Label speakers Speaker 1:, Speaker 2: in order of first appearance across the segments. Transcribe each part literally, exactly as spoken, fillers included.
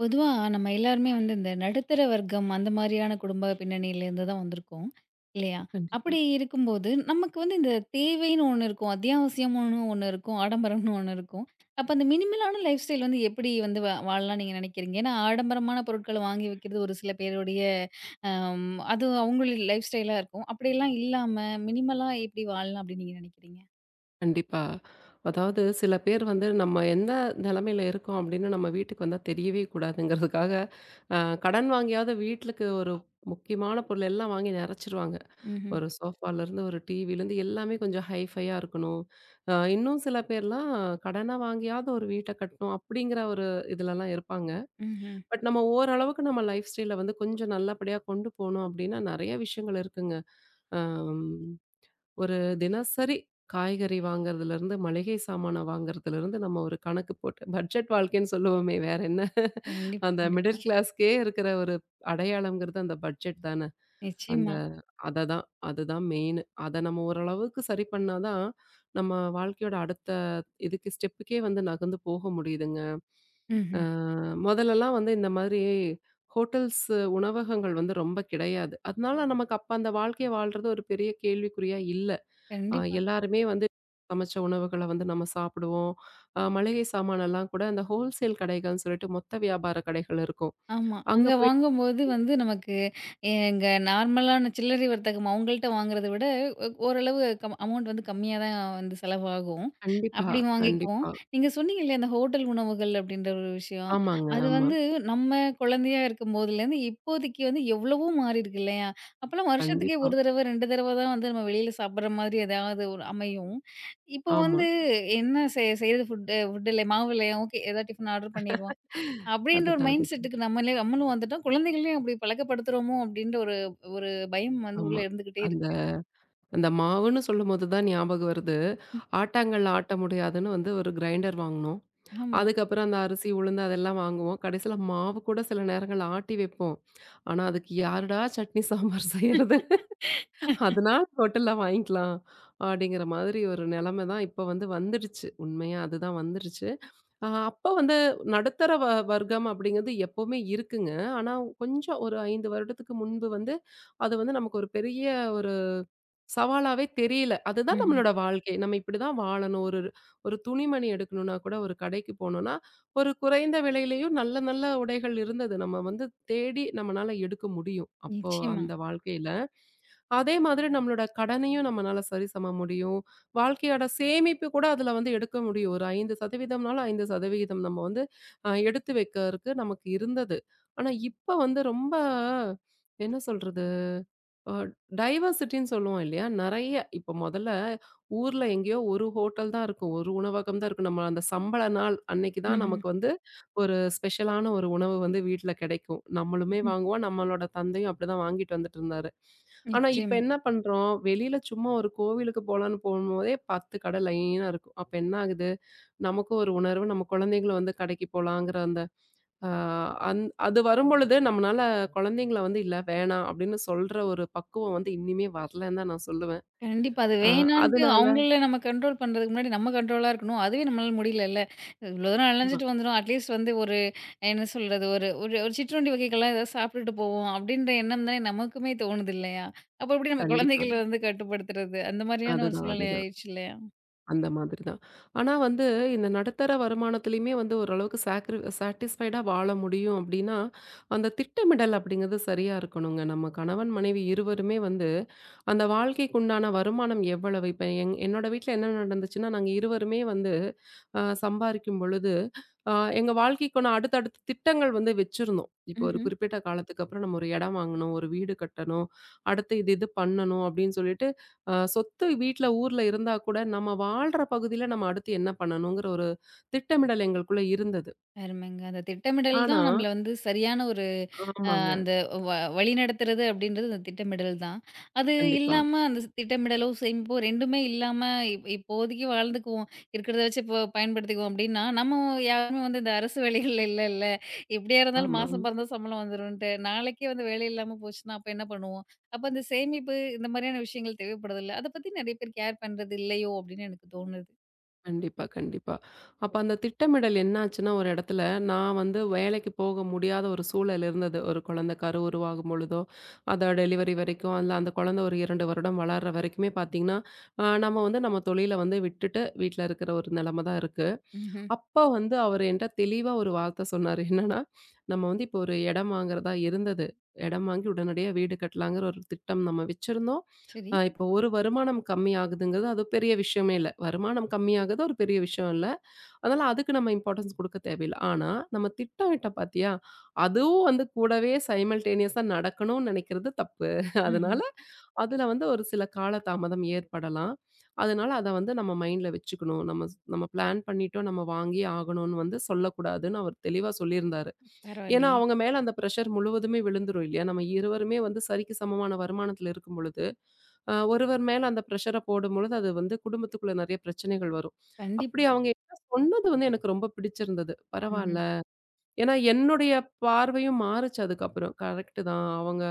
Speaker 1: பொதுவா நம்ம எல்லாருமே வந்து இந்த நடுத்தர வர்க்கம் அந்த மாதிரியான குடும்ப பின்னணியிலேருந்து தான் வந்திருக்கோம். இல்லையா? அப்படி இருக்கும்போது, நமக்கு வந்து இந்த தேவைன்னு ஒண்ணு இருக்கும். அத்தியாவசியம்னு ஒண்ணு இருக்கும். ஆடம்பரம்னு ஒண்ணு இருக்கும். அப்ப அந்த மினிமலான லைஃப் ஸ்டைல் வந்து எப்படி வந்து வ வாழலாம்னு நீங்க நினைக்கிறீங்க? ஏன்னா ஆடம்பரமான பொருட்கள வாங்கி வைக்கிறது ஒரு சில பேருடைய அம் அது அவங்களுடைய லைஃப் ஸ்டைலா இருக்கும். அப்படியெல்லாம் இல்லாம மினிமலா எப்படி வாழலாம் அப்படின்னு நீங்க நினைக்கிறீங்க?
Speaker 2: கண்டிப்பா. அதாவது சில பேர் வந்து நம்ம எந்த நிலைமையில இருக்கோம் அப்படின்னு நம்ம வீட்டுக்கு வந்தா தெரியவே கூடாதுங்கிறதுக்காக, அ கடன் வாங்கியாவது வீட்டுக்கு ஒரு முக்கியமான பொருள் எல்லாம் வாங்கி நெறச்சிருவாங்க.
Speaker 1: ம்ஹ்ம்.
Speaker 2: ஒரு சோஃபாலருந்து, ஒரு டிவிலருந்து எல்லாமே கொஞ்சம் ஹைஃபையா இருக்கணும். அ இன்னும் சில பேர்லாம் கடனா வாங்கியாவது ஒரு வீட்ட கட்டணும் அப்படிங்கிற ஒரு இதுலலாம் இருப்பாங்க.
Speaker 1: ம்ஹ்ம்.
Speaker 2: பட் நம்ம ஓரளவுக்கு நம்ம லைஃப் ஸ்டைல வந்து கொஞ்சம் நல்லபடியா கொண்டு போணும் அப்படின்னா நெறைய விஷயங்கள் இருக்குங்க. அம். ஒரு தினசரி காய்கறி வாங்குறதுலேருந்து, மளிகை சாமான வாங்குறதுலேருந்து நம்ம ஒரு கணக்கு போட்டு பட்ஜெட் வாழ்க்கைன்னு சொல்லுவோமே வேற என்ன?
Speaker 1: கண்டிப்பா,
Speaker 2: அந்த
Speaker 1: கண்டிப்பா.
Speaker 2: மிடில் கிளாஸ்க்கே இருக்கிற ஒரு அடையாளம்ங்கிறது அந்த பட்ஜெட் தானே. அந்த
Speaker 1: நிச்சயமா.
Speaker 2: அததான் அதுதான் மெயினு. அத நம்ம ஓரளவுக்கு சரி பண்ணா தான், நம்ம வாழ்க்கையோட அடுத்த இதுக்கு ஸ்டெப்புக்கே வந்து நகர்ந்து போக முடியுதுங்க. அ
Speaker 1: ம்ஹ்ம்.
Speaker 2: முதலலாம் வந்து இந்த மாதிரி ஹோட்டல்ஸ் உணவகங்கள் வந்து ரொம்ப கிடையாது. அதனால நமக்கு அப்ப அந்த வாழ்க்கைய வாழ்றது ஒரு பெரிய கேள்விக்குறியா இல்ல. அ
Speaker 1: கண்டிப்பா.
Speaker 2: எல்லாருமே வந்து சமைச்ச உணவுகள வந்து நம்ம சாப்பிடுவோம். அ மளிகை சாமானெல்லாம் கூட அந்த ஹோல்சேல் கடைகள்னு சொல்லிட்டு மொத்த வியாபார கடைகள் இருக்கும்.
Speaker 1: ஆமா.
Speaker 2: அங்க
Speaker 1: அங்க
Speaker 2: போய்
Speaker 1: வாங்கும்போது வந்து நமக்கு எங்க நார்மலான சில்லறை வர்த்தகம் அவங்கள்ட்ட வாங்குறத விட ஒ ஓரளவு கம் அமௌண்ட் வந்து கம்மியா தான் வந்து செலவாகும்.
Speaker 2: கண்டிப்பா,
Speaker 1: அப்படி வாங்கிக்குவோம்.
Speaker 2: கண்டிப்பா.
Speaker 1: நீங்க சொன்னீங்க இல்லையா, அந்த ஹோட்டல் உணவுகள் அப்படின்ற ஒரு விஷயம்.
Speaker 2: ஆமாங்க,
Speaker 1: அது
Speaker 2: ஆமா.
Speaker 1: வந்து நம்ம குழந்தையா இருக்கும்போதுலேருந்து இப்போதைக்கு வந்து எவ்வளவோ மாறியிருக்கு இல்லையா? அப்போலாம் வருஷத்துக்கே
Speaker 2: கண்டிப்பா.
Speaker 1: ஒரு தடவ, இரண்டு தடவ தான் வந்து நம்ம வெளியில சாப்பிடுற மாதிரி ஏதாவது ஒரு அமையும். இப்போ
Speaker 2: ஆமா.
Speaker 1: வந்து என்ன செய் செய்றது ஃபுட்டு ஃபுட் இல்லை மாவு இல்லையா, ஓகே ஏதாவது டிஃபன் ஆர்டர் பண்ணிருவோம். அப்படின்ற ஒரு
Speaker 2: அதுதான்,
Speaker 1: மைண்ட்
Speaker 2: அதுதான்.
Speaker 1: செட்டுக்கு நம்மளே நம்மளும் வந்துட்டோம். குழந்தைகளையும் அப்படி பழக்கப்படுத்துறோமோ! அப்படின்ற ஒரு ஒரு பயம் வந்து உள்ள
Speaker 2: ஆமா.
Speaker 1: இருந்துகிட்டே
Speaker 2: அந்த
Speaker 1: இருக்கு.
Speaker 2: அந்த மாவுன்னு சொல்லும்போது தான் ஞாபகம் வருது. ஆட்டாங்கல்ல ஆட்ட முடியாதுன்னு வந்து ஒரு கிரைண்டர் வாங்குனோம்.
Speaker 1: ஆமா.
Speaker 2: அதுக்கப்புறம் அந்த அரிசி, உளுந்து அதெல்லாம் வாங்குவோம். கடைசியில மாவு கூட சில நேரங்கள்ல ஆட்டி வைப்போம். ஆனா, அதுக்கு யாருடா சட்னி சாம்பார் செய்றது? அதனால ஹோட்டல்ல வாங்கிக்கலாம். அப்படிங்கிற மாதிரி ஒரு நிலைமை தான் இப்ப வந்து வந்துடுச்சு. உண்மையா அதுதான் வந்துருச்சு. அ அப்ப வந்து நடுத்தர வ வர்க்கம் அப்படிங்கிறது எப்பவுமே இருக்குங்க. ஆனா கொஞ்சம் ஒரு ஐந்து வருடத்துக்கு முன்பு வந்து, அது வந்து நமக்கு ஒரு பெரிய ஒரு சவாலாவே தெரியல. அதுதான்
Speaker 1: ம்ஹ்ம்.
Speaker 2: நம்மளோட வாழ்க்கை. நம்ம இப்படிதான் வாழணும். ஒரு ஒரு துணிமணி எடுக்கணும்னா கூட ஒரு கடைக்கு போனோம்னா, ஒரு குறைந்த விலையிலயும் நல்ல நல்ல உடைகள் இருந்தது. நம்ம வந்து தேடி நம்மனால எடுக்க முடியும். அப்போ
Speaker 1: நிச்சயமா.
Speaker 2: அந்த வாழ்க்கையில. அதே மாதிரி நம்மளோட கடனையும் நம்மனால சரிசம முடியும். வாழ்க்கையோட சேமிப்பு கூட அதுல வந்து எடுக்க முடியும். ஒரு ஐந்து சதவீதம் னாலும் ஐந்து சதவீதம் நம்ம வந்து அ எடுத்து வைக்கிறதுக்கு நமக்கு இருந்தது. ஆனா இப்ப வந்து ரொம்ப என்ன சொல்றது? அ டைவர்சிட்டின்னு சொல்லுவோம் இல்லையா? நெறைய இப்ப மொதல்ல ஊர்ல எங்கேயோ ஒரு ஹோட்டல் தான் இருக்கும். ஒரு உணவகம் தான் இருக்கும். நம்ம அந்த சம்பள நாள் அன்னைக்கு தான்
Speaker 1: ம்ஹ்ம்.
Speaker 2: நமக்கு வந்து ஒரு ஸ்பெஷலான ஒரு உணவு வந்து வீட்ல கிடைக்கும். நம்மளுமே வாங்குவோம். நம்மளோட தந்தையும் அப்படிதான் வாங்கிட்டு வந்துட்டு இருந்தாரு. ஆனா இப்ப
Speaker 1: நிச்சயமா.
Speaker 2: என்ன பண்றோம்? வெளியில சும்மா ஒரு கோவிலுக்கு போலான்னு போகும்போதே பத்து கடை லைனா இருக்கும். அப்ப என்ன ஆகுது? நமக்கும் ஒரு உணர்வு, நம்ம குழந்தைங்களும் வந்து கடைக்கு போலாங்கிற அந்த ஆ, அந் அது வரும்பொழுது நம்மனால குழந்தைங்கள வந்து, "இல்ல வேணாம்" அப்படின்னு சொல்ற ஒரு பக்குவம் வந்து இன்னிமே வரலன்னு தான் நான் சொல்லுவேன்.
Speaker 1: கண்டிப்பா. அது
Speaker 2: அ
Speaker 1: வேணான்ட்டு
Speaker 2: அதனால
Speaker 1: அவங்கள நம்ம கண்ட்ரோல் பண்றதுக்கு முன்னாடி நம்ம கண்ட்ரோலா இருக்கணும். அதுவே நம்மளால முடியலல்ல. இவ்வளோ தூரம்
Speaker 2: ஆமா.
Speaker 1: அலைஞ்சுட்டு வந்துட்டோம். அட்லீஸ்ட் வந்து ஒரு என்ன சொல்றது? ஒரு ஒரு ஒரு சிற்றுண்டி வகைகள்லாம் ஏதாவது சாப்பிட்டுட்டு போவோம். அப்படின்ற எண்ணம் தானே நமக்குமே தோணுது இல்லையா? அப்ப எப்படி நம்ம
Speaker 2: கண்டிப்பா.
Speaker 1: குழந்தைகள வந்து கட்டுப்படுத்துறது? அந்த மாதிரியான ஒரு
Speaker 2: அதுதான்,
Speaker 1: சூழ்நிலை
Speaker 2: அதுதான்.
Speaker 1: ஆயிடுச்சு இல்லையா?
Speaker 2: அந்த மாதிரி தான். ஆனா வந்து இந்த நடுத்தர வருமானத்திலயுமே வந்து ஓரளவுக்கு சாக்ரி சாட்டிஸ்ஃபைடா வாழ முடியும் அப்படின்னா, அந்த திட்டமிடல் அப்படிங்கிறது சரியா இருக்கணுங்க. நம்ம கணவன், மனைவி இருவருமே வந்து அந்த வாழ்க்கைக்கு உண்டான வருமானம் எவ்வளவு? இப்ப என் என்னோட வீட்ல என்ன நடந்துச்சுன்னா, நாங்க இருவருமே வந்து அ சம்பாரிக்கும் பொழுது, அ எங்க வாழ்க்கைக்கான அடுத்தடுத்த திட்டங்கள் வந்து வச்சிருந்தோம். இப்போ ஒரு
Speaker 1: ம்ஹ்ம்.
Speaker 2: குறிப்பிட்ட காலத்துக்கு அப்புறம் நம்ம ஒரு இடம் வாங்கணும், ஒரு வீடு கட்டணும், அடுத்து இது இது பண்ணணும் அப்படின்னு சொல்லிட்டு அ சொத்து வீட்ல, ஊர்ல இருந்தா கூட, நம்ம வாழ்ற பகுதியில நம்ம அடுத்து என்ன பண்ணணுங்கிற ஒரு திட்டமிடல் எங்களுக்குள்ள இருந்தது.
Speaker 1: அருமைங்க. அந்த திட்டமிடல்
Speaker 2: ஆனா
Speaker 1: தான் நம்மள வந்து சரியான ஒரு அ
Speaker 2: ஆமாங்க.
Speaker 1: அந்த வ வழிநடத்துறது அப்படின்றது அந்த திட்டமிடல் தான். அது
Speaker 2: கண்டிப்பா.
Speaker 1: இல்லாம அந்த திட்டமிடலும், சேமிப்பும் 2மே இல்லாம இப் இப்போதைக்கு வாழ்ந்துக்குவோம். இருக்கிறத வச்சு இப்போ பயன்படுத்திக்குவோம் அப்படின்னா, நம்ம யாருமே வந்து இந்த அரசு வேலைகள்ல இல்லல்ல. எப்படியா இருந்தாலும்
Speaker 2: ஆமா, ஆமா.
Speaker 1: மாசம் பிறந்தா சம்பளம் வந்துரும்ன்ட்டு. நாளைக்கே வந்து வேலை இல்லாம போச்சுன்னா, அப்ப என்ன பண்ணுவோம்? அப்ப அந்த சேமிப்பு இந்த மாதிரியான விஷயங்கள் தேவைப்படுதுல்ல. அத பத்தி நெறைய பேர் கேர் பண்றது இல்லையோ! அப்படின்னு எனக்கு தோணுது.
Speaker 2: கண்டிப்பா, கண்டிப்பா. அப்ப அந்த திட்டமிடல் என்னாச்சுன்னா, ஒரு இடத்துல நான் வந்து வேலைக்கு போக முடியாத ஒரு சூழல் இருந்தது. ஒரு குழந்தை கரு உருவாகும் பொழுதோ, அத டெலிவரி வரைக்கும், இல்ல அந்த குழந்தை ஒரு இரண்டு வருடம் வளர்ற வரைக்குமே பார்த்தீங்கன்னா, அ நம்ம வந்து நம்ம தொழில வந்து விட்டுட்டு வீட்ல இருக்கிற ஒரு நிலைமை தான் இருக்கு.
Speaker 1: ம்ஹ்ம்.
Speaker 2: அப்ப வந்து அவரு என்ட்ட தெளிவா ஒரு வார்த்த சொன்னாரு. என்னன்னா, நம்ம வந்து இப்போ ஒரு இடம் வாங்குறதா இருந்தது. இடம் வாங்கி உடனடியா வீடு கட்டலாங்கிற ஒரு திட்டம் நம்ம வச்சிருந்தோம்.
Speaker 1: சரி.
Speaker 2: அ இப்போ ஒரு வருமானம் கம்மி ஆகுதுங்கிறது அது பெரிய விஷயமே இல்ல. வருமானம் கம்மியாகுது ஒரு பெரிய விஷயம் இல்ல. அதனால அதுக்கு நம்ம இம்பார்ட்டன்ஸ் குடுக்க தேவையில்ல. ஆனா, நம்ம திட்டமிட்டோம் பாத்தியா, அதுவும் வந்து கூடவே சைமல்டேனியஸா நடக்கணும்னு நெனைக்கிறது தப்பு.
Speaker 1: ம்ஹ்ம்.
Speaker 2: அதனால, அதுல வந்து ஒரு சில காலதாமதம் ஏற்படலாம். அதனால அத வந்து நம்ம மைண்ட்ல வச்சுக்கணும். நம்ம ஸ் நம்ம பிளான் பண்ணிட்டோம், நம்ம வாங்கியே ஆகணும்னு வந்து சொல்லக்கூடாதுன்னு அவர் தெளிவா சொல்லியிருந்தாரு. ஏன்னா,
Speaker 1: பரவாயில்லையே!
Speaker 2: அவங்க மேல அந்த பிரஷர் முழுவதுமே விழுந்துரும் இல்லையா? நம்ம இருவருமே வந்து சரிக்கு சமமான வருமானத்தில இருக்கும் பொழுது, அ ஒருவர் மேல அந்த பிரஷர போடும்பொழுது, அது வந்து குடும்பத்துக்குள்ள நெறைய பிரச்சனைகள் வரும். அப்படி
Speaker 1: கண்டிப்பா.
Speaker 2: அவங்க என்கிட்ட சொன்னது வந்து எனக்கு ரொம்ப பிடிச்சிருந்தது. பரவால்ல.
Speaker 1: ம்ஹ்ம்.
Speaker 2: ஏன்னா, என்னுடைய பார்வையும் மாறுச்சு அதுக்கப்புறம். கரெக்ட்டு தான். அவங்க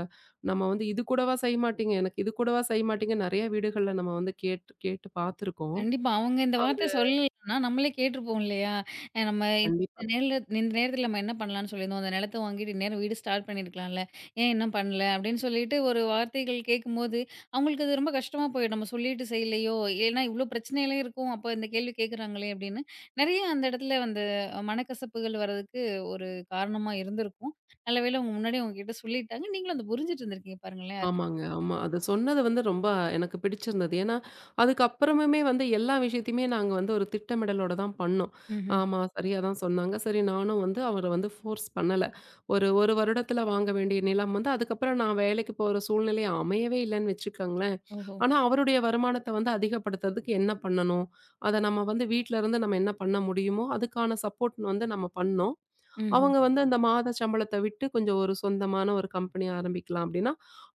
Speaker 2: நம்ம வந்து இது கூடவா செய்ய மாட்டீங்க? எனக்கு இது கூடவா செய்ய மாட்டீங்க? நெறைய வீடுகள்ல நம்ம வந்து கேட்டு கேட்டு பார்த்துருக்கோம்.
Speaker 1: கண்டிப்பா. அவங்க இந்த வார்த்த
Speaker 2: அவரு
Speaker 1: சொல்லலன்னா, நம்மளே கேட்டுருப்போம் இல்லையா? அ நம்ம
Speaker 2: கண்டிப்பா.
Speaker 1: இந்த நேர்ல இந்த நேரத்துல நம்ம என்ன பண்ணலான்னு சொல்லியிருந்தோம். அந்த நிலத்த வாங்கிட்டு இந்நேரம் வீடு ஸ்டார்ட் பண்ணியிருக்கலாம்ல. ஏன் இன்னும் பண்ணல? அப்டின்னு சொல்லிட்டு ஒரு வார்த்தைகள் கேட்கும்போது, அவங்களுக்கு அது ரொம்ப கஷ்டமா போயிடும். நம்ம சொல்லிட்டு செய்யலையோ! ஏன்னா இவ்ளோ பிரச்சனைலாம் இருக்கும். அப்ப இந்த கேள்வி கேட்குறாங்களே அப்டின்னு. நெறைய அந்த இடத்துல வந்து மனக்கசப்புகள் வர்றதுக்கு ஒரு காரணமா இருந்திருக்கும். நல்ல வேளை அவங்க முன்னாடியே உங்ககிட்ட சொல்லிட்டாங்க. நீங்களும் அத புரிஞ்சுட்டு இருந்திருக்கீங்க பாருங்களேன்.
Speaker 2: ஆமாங்க. ஆமா. அது சொன்னது வந்து ரொம்ப எனக்கு பிடிச்சிருந்தது. ஏன்னா, அதுக்கப்புறமுமே வந்து எல்லா விஷயத்தையுமே நாங்க வந்து ஒரு திட்டமிடலோட தான் பண்ணோம்.
Speaker 1: ம்ஹ்ம்.
Speaker 2: ஆமா, சரியா தான் சொன்னாங்க. சரி நானும் வந்து அவர வந்து ஃபோர்ஸ் பண்ணல. ஒரு 1 வருடத்துல வாங்க வேண்டிய நிலம் வந்து அதுக்கப்புறம் நான் வேலைக்கு போற சூழ்நிலை அமையவே இல்லன்னு வச்சுக்கோங்களேன்.
Speaker 1: ஓஹோ!
Speaker 2: ஆனா, அவருடைய வருமானத்த வந்து அதிகப்படுத்துறதுக்கு என்ன பண்ணணும்? அத நம்ம வந்து வீட்ல இருந்து நம்ம என்ன பண்ண முடியுமோ, அதுக்கான சப்போர்ட் வந்து நம்ம பண்ணோம்.
Speaker 1: ம்ஹ்ம்.
Speaker 2: அவங்க வந்து அந்த மாத சம்பளத்த விட்டு கொஞ்சம் ஒரு சொந்தமான ஒரு கம்பெனி ஆரம்பிக்கலாம் அப்படின்னா,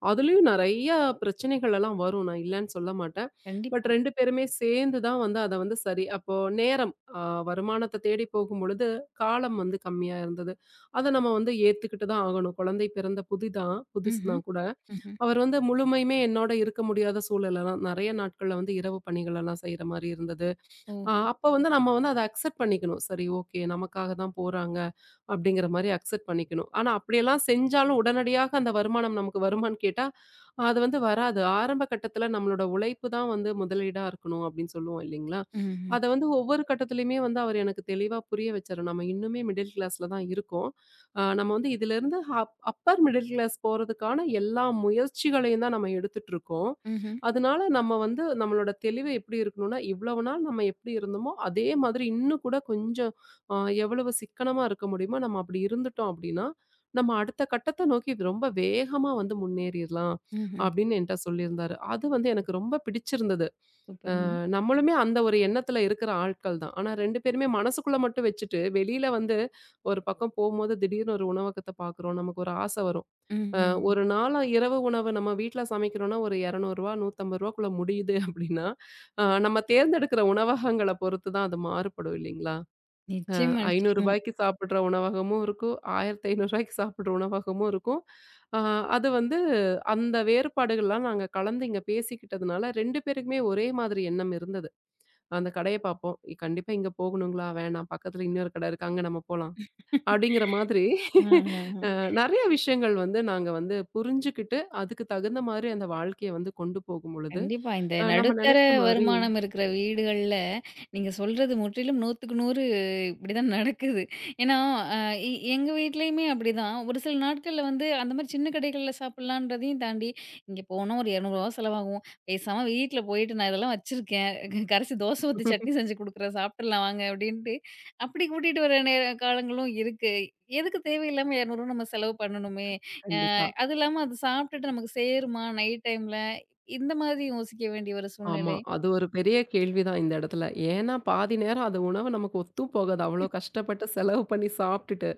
Speaker 2: அதுலயும் நெறைய பிரச்சனைகள் எல்லாம் வரும். நான் இல்லன்னு சொல்ல மாட்டேன். பட்
Speaker 1: கண்டிப்பா.
Speaker 2: ரெண்டு பேருமே சேர்ந்து தான் வந்து அத வந்து சரி அப்போ நேரம் அ வருமானத்த தேடி போகும்பொழுது, காலம் வந்து கம்மியா இருந்தது. அத நம்ம வந்து ஏத்துக்கிட்டு தான் ஆகணும். குழந்தை பிறந்த புதிதான் புதுசு
Speaker 1: ம்ஹ்ம்.
Speaker 2: தான் கூட.
Speaker 1: ம்ஹ்ம்.
Speaker 2: அவர் வந்து முழுமையுமே என்னோட இருக்க முடியாத சூழலெல்லாம் நெறைய நாட்கள்ல வந்து இரவு பணிகளெல்லாம் செய்ற மாரி இருந்தது.
Speaker 1: ஓ!
Speaker 2: அ அப்ப வந்து நம்ம வந்து அத அக்செப்ட் பண்ணிக்கணும். சரி ஓகே நமக்காக தான் போறாங்க அப்படிங்கிற மாரி அக்செப்ட் பண்ணிக்கணும். ஆனா அப்படியெல்லாம் செஞ்சாலும் உடனடியாக அந்த வருமானம் நமக்கு வருமான்னு கேட்டா, அது வந்து வராது. ஆரம்ப கட்டத்தில நம்மளோட உழைப்பு தான் வந்து முதலீடா இருக்கணும் அப்படின்னு சொல்லுவோம் இல்லைங்களா?
Speaker 1: ம்ஹ்ம்.
Speaker 2: அத வந்து ஒவ்வொரு கட்டத்திலயுமே வந்து அவர் எனக்கு தெளிவா புரிய வச்சாரு. நம்ம இன்னுமே மிடில் கிளாஸ்ல தான் இருக்கோம். அ நம்ம வந்து இதிலிருந்து அப் அப்பர் மிடில் கிளாஸ் போறதுக்கான எல்லா முயற்சிகளையும் தான் நம்ம எடுத்துட்டு இருக்கோம்.
Speaker 1: ம்ஹ்ம்.
Speaker 2: அதனால நம்ம வந்து நம்மளோட தெளிவு எப்படி இருக்கணும்னா, இவ்வளவு நாள் நம்ம எப்படி இருந்தோமோ, அதே மாதிரி இன்னும் கூட கொஞ்சம் அ எவ்வளவு சிக்கனமா இருக்க முடியுமோ, நம்ம அப்படி இருந்துட்டோம் அப்படின்னா, நம்ம அடுத்த கட்டத்த நோக்கி இது ரொம்ப வேகமா வந்து முன்னேறிறலாம்
Speaker 1: ம்ஹ்ம்.
Speaker 2: அப்படின்னு என்ட்ட சொல்லியிருந்தாரு. அது வந்து எனக்கு ரொம்ப பிடிச்சிருந்தது.
Speaker 1: சூப்பருங்க.
Speaker 2: நம்மளுமே அந்த ஒரு எண்ணத்துல இருக்கிற ஆட்கள் தான். ஆனா ரெண்டு பேருமே மனசுக்குள்ள மட்டும் வச்சுட்டு, வெளியில வந்து ஒரு பக்கம் போம்போது திடீர்னு ஒரு உணவகத்த பார்க்குறோம். நமக்கு ஒரு ஆசை வரும். அ
Speaker 1: ம்ஹ்ம்.
Speaker 2: ஒரு நாளா இரவு உணவு நம்ம வீட்ல சமைக்கிறோம்னா, ஒரு ரூ. இருநூறு ரூ. நூத்தி ஐம்பதுக்குள்ள முடியுது அப்படின்னா, அ நம்ம தேர்ந்தெடுக்கிற உணவகங்கள பொறுத்து தான் அது மாறுபடும் இல்லைங்களா? ரூ.
Speaker 1: நிச்சயமா, நிச்சயமா.
Speaker 2: 500க்கு சாப்பிடுற உணவகமும் இருக்கும். ரூ. ஆயிரத்தி ஐநூறுக்கு சாப்பிடுற உணவகமும் இருக்கும். அ அது வந்து அந்த வேறுபாடுகள்லாம் நாங்க கலந்து இங்க பேசிக்கிட்டதுனால ரெண்டு பேருக்குமே ஒரே மாதிரி எண்ணம் இருந்தது. அந்த கடைய பார்ப்போம். இ- கண்டிப்பா இங்க போகணுங்களா? வேணாம். பக்கத்துல இன்னொரு கடை இருக்கு. அங்க நம்ம போலாம். அப்படிங்கிற மாதிரி
Speaker 1: ஆஹ.
Speaker 2: அ நெறைய விஷயங்கள் வந்து நாங்க வந்து புரிஞ்சுகிட்டு, அதுக்கு தகுந்த மாரி அந்த வாழ்க்கைய வந்து கொண்டு போகும்பொழுது,
Speaker 1: கண்டிப்பா. இந்த
Speaker 2: அ நம்ம
Speaker 1: நடுத்தர
Speaker 2: நெனைச்ச மாரி
Speaker 1: வருமானம் இருக்கிற வீடுகள்ல, நீங்க சொல்றது முற்றிலும் 100க்கு நூறு இப்படிதான் நடக்குது. ஏன்னா, அ எ எங்க வீட்லயுமே அப்படிதான். ஒரு சில நாட்கள்ல வந்து அந்த மாரி சின்ன கடைகள்ல சாப்பிடலான்றதையும் தாண்டி, இங்க போனா ஒரு ரூ. இருநூறு செலவாகும். பேசாம வீட்ல போயிட்டு நான் இதெல்லாம் வச்சிருக்கேன். கரைச்சு தோசை ஊத்தி சட்னி செஞ்சு குடுக்குறேன். சாப்பிட்டுறலாம் வாங்க அப்படின்ட்டு, அப்படி கூட்டிட்டு வர நேர காலங்களும் இருக்கு. எதுக்கு தேவையில்லாம ரூ. இருநூறு நம்ம செலவு பண்ணணுமே?
Speaker 2: கண்டிப்பா.
Speaker 1: அது இல்லாம அது சாப்பிட்டுட்டு நமக்கு சேருமா நைட் டைம்ல? இந்த மாதிரி யோசிக்க வேண்டிய ஒரு
Speaker 2: ஆமா.
Speaker 1: சூழ்நிலை.
Speaker 2: அது ஒரு பெரிய கேள்விதான் இந்த இடத்துல. ஏன்னா, பாதி நேரம் அது உணவு நமக்கு ஒத்தும் போகாது. அவ்வளோ கஷ்டப்பட்டு செலவு பண்ணி சாப்பிட்டுட்டு,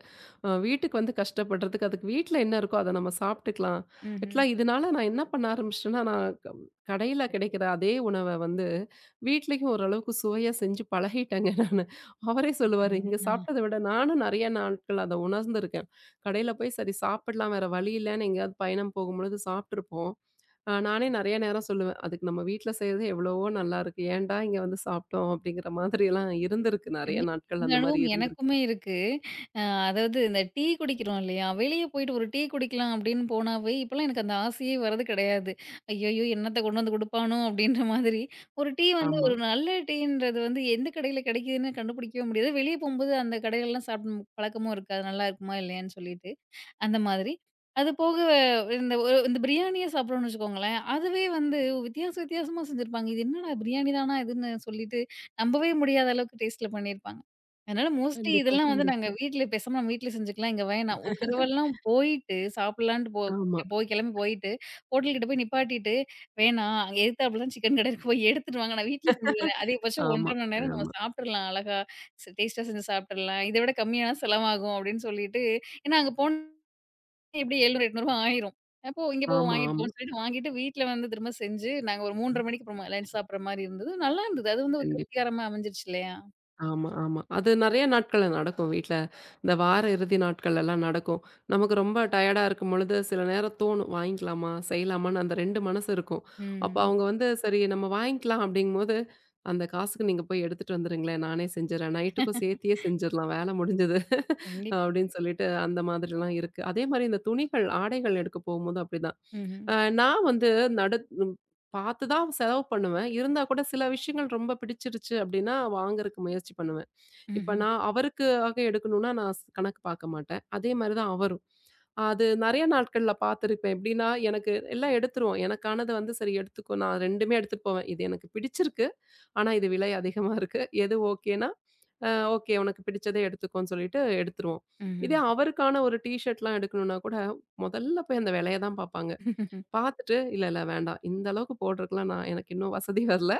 Speaker 2: அ வீட்டுக்கு வந்து கஷ்டப்படுறதுக்கு, அதுக்கு வீட்ல என்ன இருக்கோ அத நம்ம சாப்பிட்டுக்கலாம்.
Speaker 1: ம்ஹ்ம்.
Speaker 2: ஆக்சுவலா இதனால நான் என்ன பண்ண ஆரம்பிச்சுட்டேன்னா, நான் க கடையில கிடைக்கிற அதே உணவ வந்து வீட்லயும் ஓரளவுக்கு சுவையா செஞ்சு பழகிட்டேங்க நானு. அவரே சொல்லுவாரு,
Speaker 1: சூப்பருங்க.
Speaker 2: "இங்க
Speaker 1: ஆ
Speaker 2: சாப்பிட்டத விட நானும் நெறைய நாட்கள் அத உணர்ந்திருக்கேன். கடையில போய் சரி சாப்பிடலாம், வேற வழி இல்லன்னு" எங்கேயாவது பயணம் போகும்பொழுது சாப்பிட்டுருப்போம். அ நானே நெறைய நேரம் சொல்லுவேன். அதுக்கு நம்ம வீட்ல செய்றது எவ்வளவோ நல்லாருக்கு. ஏன்டா இங்க வந்து சாப்பிட்டோம் அப்படிங்கிற மாதிரியெல்லாம் இருந்திருக்கு. நெறைய
Speaker 1: கண்டிப்பா.
Speaker 2: நாட்கள்
Speaker 1: இந்த
Speaker 2: அந்த மாரி
Speaker 1: அனுபவம்
Speaker 2: இருந்திருக்கு.
Speaker 1: எனக்குமே இருக்கு. அ அதாவது இந்த டீ குடிக்கிறோம் இல்லையா? வெளிய போயிட்டு ஒரு டீ குடிக்கலாம் அப்படின்னு போனாவே, இப்பலாம் எனக்கு அந்த ஆசையே வரது கிடையாது. ஐயய்யோ! என்னத்த கொண்டு வந்து குடுப்பானோ? அப்படின்ற மாதிரி. ஒரு டீ வந்து
Speaker 2: ஆமா.
Speaker 1: ஒரு நல்ல டீன்றது வந்து எந்த கடையில கிடைக்குதுன்னு கண்டுபிடிக்கவே முடியாது. வெளிய போம்போது அந்த கடையிலலாம் சாப்பிடும் பழக்கமும் இருக்காது. நல்லா இருக்குமா? இல்லையான்னு சொல்லிட்டு. அந்த மாதிரி. அது போக இந்த ஒ இந்த பிரியாணியே சாப்பிடுறோம்னு வச்சுக்கோங்களேன், அதுவே வந்து வித்தியாச வித்தியாசமா செஞ்சிருப்பாங்க. இது என்னடா பிரியாணி தானா இதுன்னு சொல்லிட்டு நம்பவே முடியாத அளவுக்கு டேஸ்ட்ல பண்ணியிருப்பாங்க. அதனால மோஸ்ட்லி
Speaker 2: கண்டிப்பா,
Speaker 1: இதெல்லாம் வந்து நாங்க
Speaker 2: கண்டிப்பா.
Speaker 1: வீட்ல பேசாம நம்ம வீட்ல செஞ்சுக்கலாம். இங்க வேணாம். ஒரு தடவலாம் போயிட்டு சாப்பிடலான்ட்டு போ
Speaker 2: ஆமா.
Speaker 1: போய் கிளம்பி போயிட்டு, ஹோட்டல் கிட்ட போய் நிப்பாட்டிட்டு, வேணாம் அங்க எதுத்தாப்புலலாம் சிக்கன் கடை இருக்கு போய் எடுத்துட்டு வாங்க. நான் வீட்ல செஞ்சு தரேன். அதிகபட்சம் 1
Speaker 2: ஆமா,
Speaker 1: 1/2 மணி நேரம் நம்ம
Speaker 2: ஆமா,
Speaker 1: சாப்பிட்டுறலாம். அழகா டேஸ்ட்டா செஞ்சு சாப்பிட்டுறலாம். இத விட கம்மியான செலவாகும் அப்படின்னு சொல்லிட்டு ஏன்னா அங்க போன எப்படி ரூ. எழுநூறு, ரூ. எண்ணூறு ஆயிரும். அப்போ இங்க போ
Speaker 2: ஆமா,
Speaker 1: வாங்கிட்டு
Speaker 2: ஆமா.
Speaker 1: போன்னு சொல்லிட்டு வாங்கிட்டு வீட்ல வந்து திரும்ப செஞ்சு, நாங்க ஒரு
Speaker 2: ஆமா
Speaker 1: மூன்று முப்பது மணிக்கு அப்புறமா லஞ்ச் சாப்பிடுற மாரி இருந்தது. நல்லா இருந்தது. அது வந்து ஒரு
Speaker 2: கண்டிப்பா.
Speaker 1: திருப்திகரமா அமைஞ்சிருச்சு இல்லையா?
Speaker 2: ஆமா, ஆமா. அது நெறைய நாட்கள்ல நடக்கும் வீட்ல. இந்த வார இறுதி நாட்கள்லலாம் நடக்கும். நமக்கு ரொம்ப டயர்டா இருக்கும் பொழுது, சில நேரம் தோணும். வாங்கிக்கலாமா? செய்யலாமான்னு அந்த ரெண்டு மனசு இருக்கும். அப்ப
Speaker 1: ம்ஹ்ம்.
Speaker 2: அவங்க வந்து, "சரி நம்ம வாங்கிக்கலாம்" அப்படிங்கும்போது, "அந்த காசுக்கு நீங்க போய் எடுத்துட்டு வந்துருங்களேன். நானே செஞ்சுர்றேன். நைட்டுக்கும் சேர்த்தியே செஞ்சிரலாம். வேல முடிஞ்சது"
Speaker 1: கண்டிப்பா.
Speaker 2: அப்படின்னு சொல்லிட்டு அந்த மாதிரிலாம் இருக்கு. அதே மாரி இந்த துணிகள், ஆடைகள் எடுக்க போகும்போது அப்படிதான்.
Speaker 1: ம்ஹ்ம்.
Speaker 2: அ நான் வந்து நடு பார்த்து தான் செலவு பண்ணுவேன். இருந்தா கூட சில விஷயங்கள் ரொம்ப பிடிச்சிருச்சு அப்டின்னா, வாங்குறக்கு முயற்சி பண்ணுவேன். இப்ப
Speaker 1: ம்ஹ்ம்.
Speaker 2: நான் அவருக்காக எடுக்கணும்னா, நான் ஸ் கணக்கு பார்க்க மாட்டேன். அதே மாரி தான் அவரும். அது நெறைய நாட்கள்ல பார்த்துருப்பேன். எப்டின்னா, எனக்கு எல்லாம் எடுத்துருவோம். எனக்கானது வந்து சரி எடுத்துக்கோ. நான் 2மே எடுத்துட்டு போவேன். இது எனக்கு பிடிச்சிருக்கு. ஆனா இது விலை அதிகமா இருக்கு. எது ஓகேன்னா, அ ஓகே உனக்கு பிடிச்சதே எடுத்துக்கோன்னு சொல்லிட்டு எடுத்துருவோம்.
Speaker 1: ம்ஹ்ம்.
Speaker 2: இதே அவருக்கான ஒரு டீ ஷர்ட்லாம் எடுக்கணும்னா கூட, முதல்ல போய் அந்த விலைய தான் பார்ப்பாங்க. பாத்துட்டு, "இல்ல, இல்ல வேண்டாம். இந்த அளவுக்கு போடுறதுக்குலாம் நான் எனக்கு இன்னும் வசதி வரல.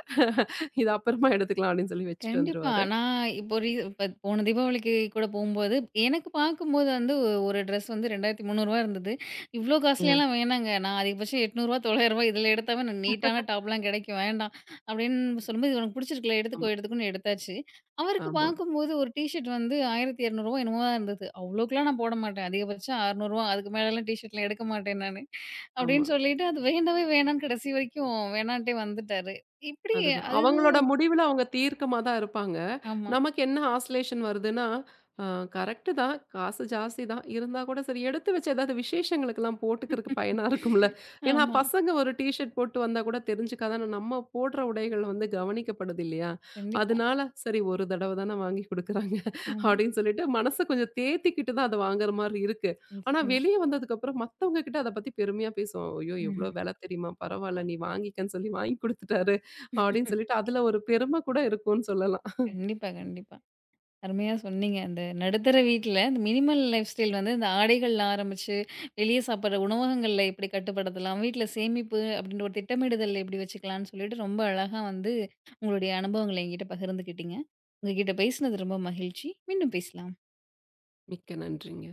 Speaker 2: இது அப்புறமா எடுத்துக்கலாம்" அப்படின்னு சொல்லி வச்சுட்டு
Speaker 1: கண்டிப்பா.
Speaker 2: வந்துருவாரு.
Speaker 1: நான் இப்போ ரீ இப்ப போன தீபாவளிக்கு கூட போம்போது, எனக்கு பார்க்கும்போது வந்து ஒ- ஒரு ட்ரெஸ் வந்து ரூ. இரண்டாயிரத்து முந்நூறு இருந்தது. இவ்ளோ
Speaker 2: அ.
Speaker 1: காஸ்ட்லியாலாம் வேணாங்க. நான் அதிகபட்சம் ரூ. எண்ணூறு ரூ. தொள்ளாயிரம் இதில எடுத்தாவே நான் நீட்டான டாப்லாம் கிடைக்கும். வேண்டாம் அப்படின்னு சொல்லும்போது, இது "உனக்கு பிடிச்சிருக்குல்ல
Speaker 2: ஆமா,
Speaker 1: எடுத்துக்கோ, எடுத்துக்கோன்னு" எடுத்தாச்சு. அவருக்கு
Speaker 2: ஆமா,
Speaker 1: பார்க்கும்போது ஒரு டீ ஷர்ட் வந்து ரூ. ஆயிரத்து இருநூறு என்னமோ தான் இருந்தது. அவ்ளோக்கெல்லாம் நான் போட மாட்டேன். அதிகபட்சம் ரூ. அறுநூறு அதுக்கு மேலலாம் டீ ஷர்ட்லாம் எடுக்க மாட்டேன் நானு. அப்படின்னு
Speaker 2: ஆமா.
Speaker 1: சொல்லிட்டு அது வேண்டவே வேணான்னு கடைசி வரைக்கும் வேணான்ட்டே வந்துட்டாரு. இப்படி
Speaker 2: அதுதான்.
Speaker 1: அது இது
Speaker 2: அவங்களோட முடிவுல அவங்க தீர்க்கமா தான் இருப்பாங்க.
Speaker 1: ஆமா.
Speaker 2: நமக்கு என்ன ஆசிலேஷன் வருதுன்னா, அ கரெக்ட்டு தான். காசு ஜாஸ்தி தான். இருந்தா கூட சரி எடுத்து வச்சு ஏதாவது விசேஷங்களுக்கெல்லாம் போட்டுக்கிறதுக்கு பயனா இருக்கும்ல. ஏன்னா
Speaker 1: ஆமா.
Speaker 2: பசங்க ஒரு டீ ஷர்ட் போட்டு வந்தா கூட தெரிஞ்சுக்காதான நம்ம போடுற உடைகள் வந்து கவனிக்கப்படுது இல்லையா?
Speaker 1: கண்டிப்பா.
Speaker 2: அதனால சரி ஒரு தடவ தானே வாங்கி குடுக்குறாங்க
Speaker 1: ஆமா.
Speaker 2: அப்படின்னு சொல்லிட்டு மனச கொஞ்சம் தேத்திக்கிட்டு தான் அத வாங்குற மாரி இருக்கு. ஆனா
Speaker 1: நிச்சயமா.
Speaker 2: வெளிய வந்ததுக்கப்புறம் மத்தவங்க கிட்ட அத பத்தி பெருமையா பேசுவோம். ஐயோ! எவ்வளோ
Speaker 1: ம்ஹ்ம்.
Speaker 2: விலை தெரியுமா? பரவால்ல நீ வாங்கிக்கன்னு சொல்லி வாங்கி குடுத்துட்டாரு. அப்படின்னு சொல்லிட்டு, அதுல ஒரு பெருமை கூட இருக்கும்னு சொல்லலாம்.
Speaker 1: கண்டிப்பா, கண்டிப்பா. அருமையா சொன்னீங்க. அந்த நடுத்தர வீட்ல இந்த மினிமல் லைஃப் ஸ்டைல் வந்து இந்த ஆடைகள்ல ஆரம்பிச்சு, வெளிய சாப்பிடுற உணவகங்கள்ல எப்படி கட்டுப்படுத்தலாம், வீட்ல சேமிப்பு அப்படின்ற ஒரு திட்டமிடுதல் எப்படி வச்சுக்கலாம்னு சொல்லிட்டு ரொம்ப அழகா வந்து உங்களுடைய அனுபவங்கள என்கிட்ட பகிர்ந்துக்கிட்டீங்க. உங்ககிட்ட பேசினது ரொம்ப மகிழ்ச்சி. மீண்டும் பேசலாம்.
Speaker 2: மிக்க நன்றிங்க.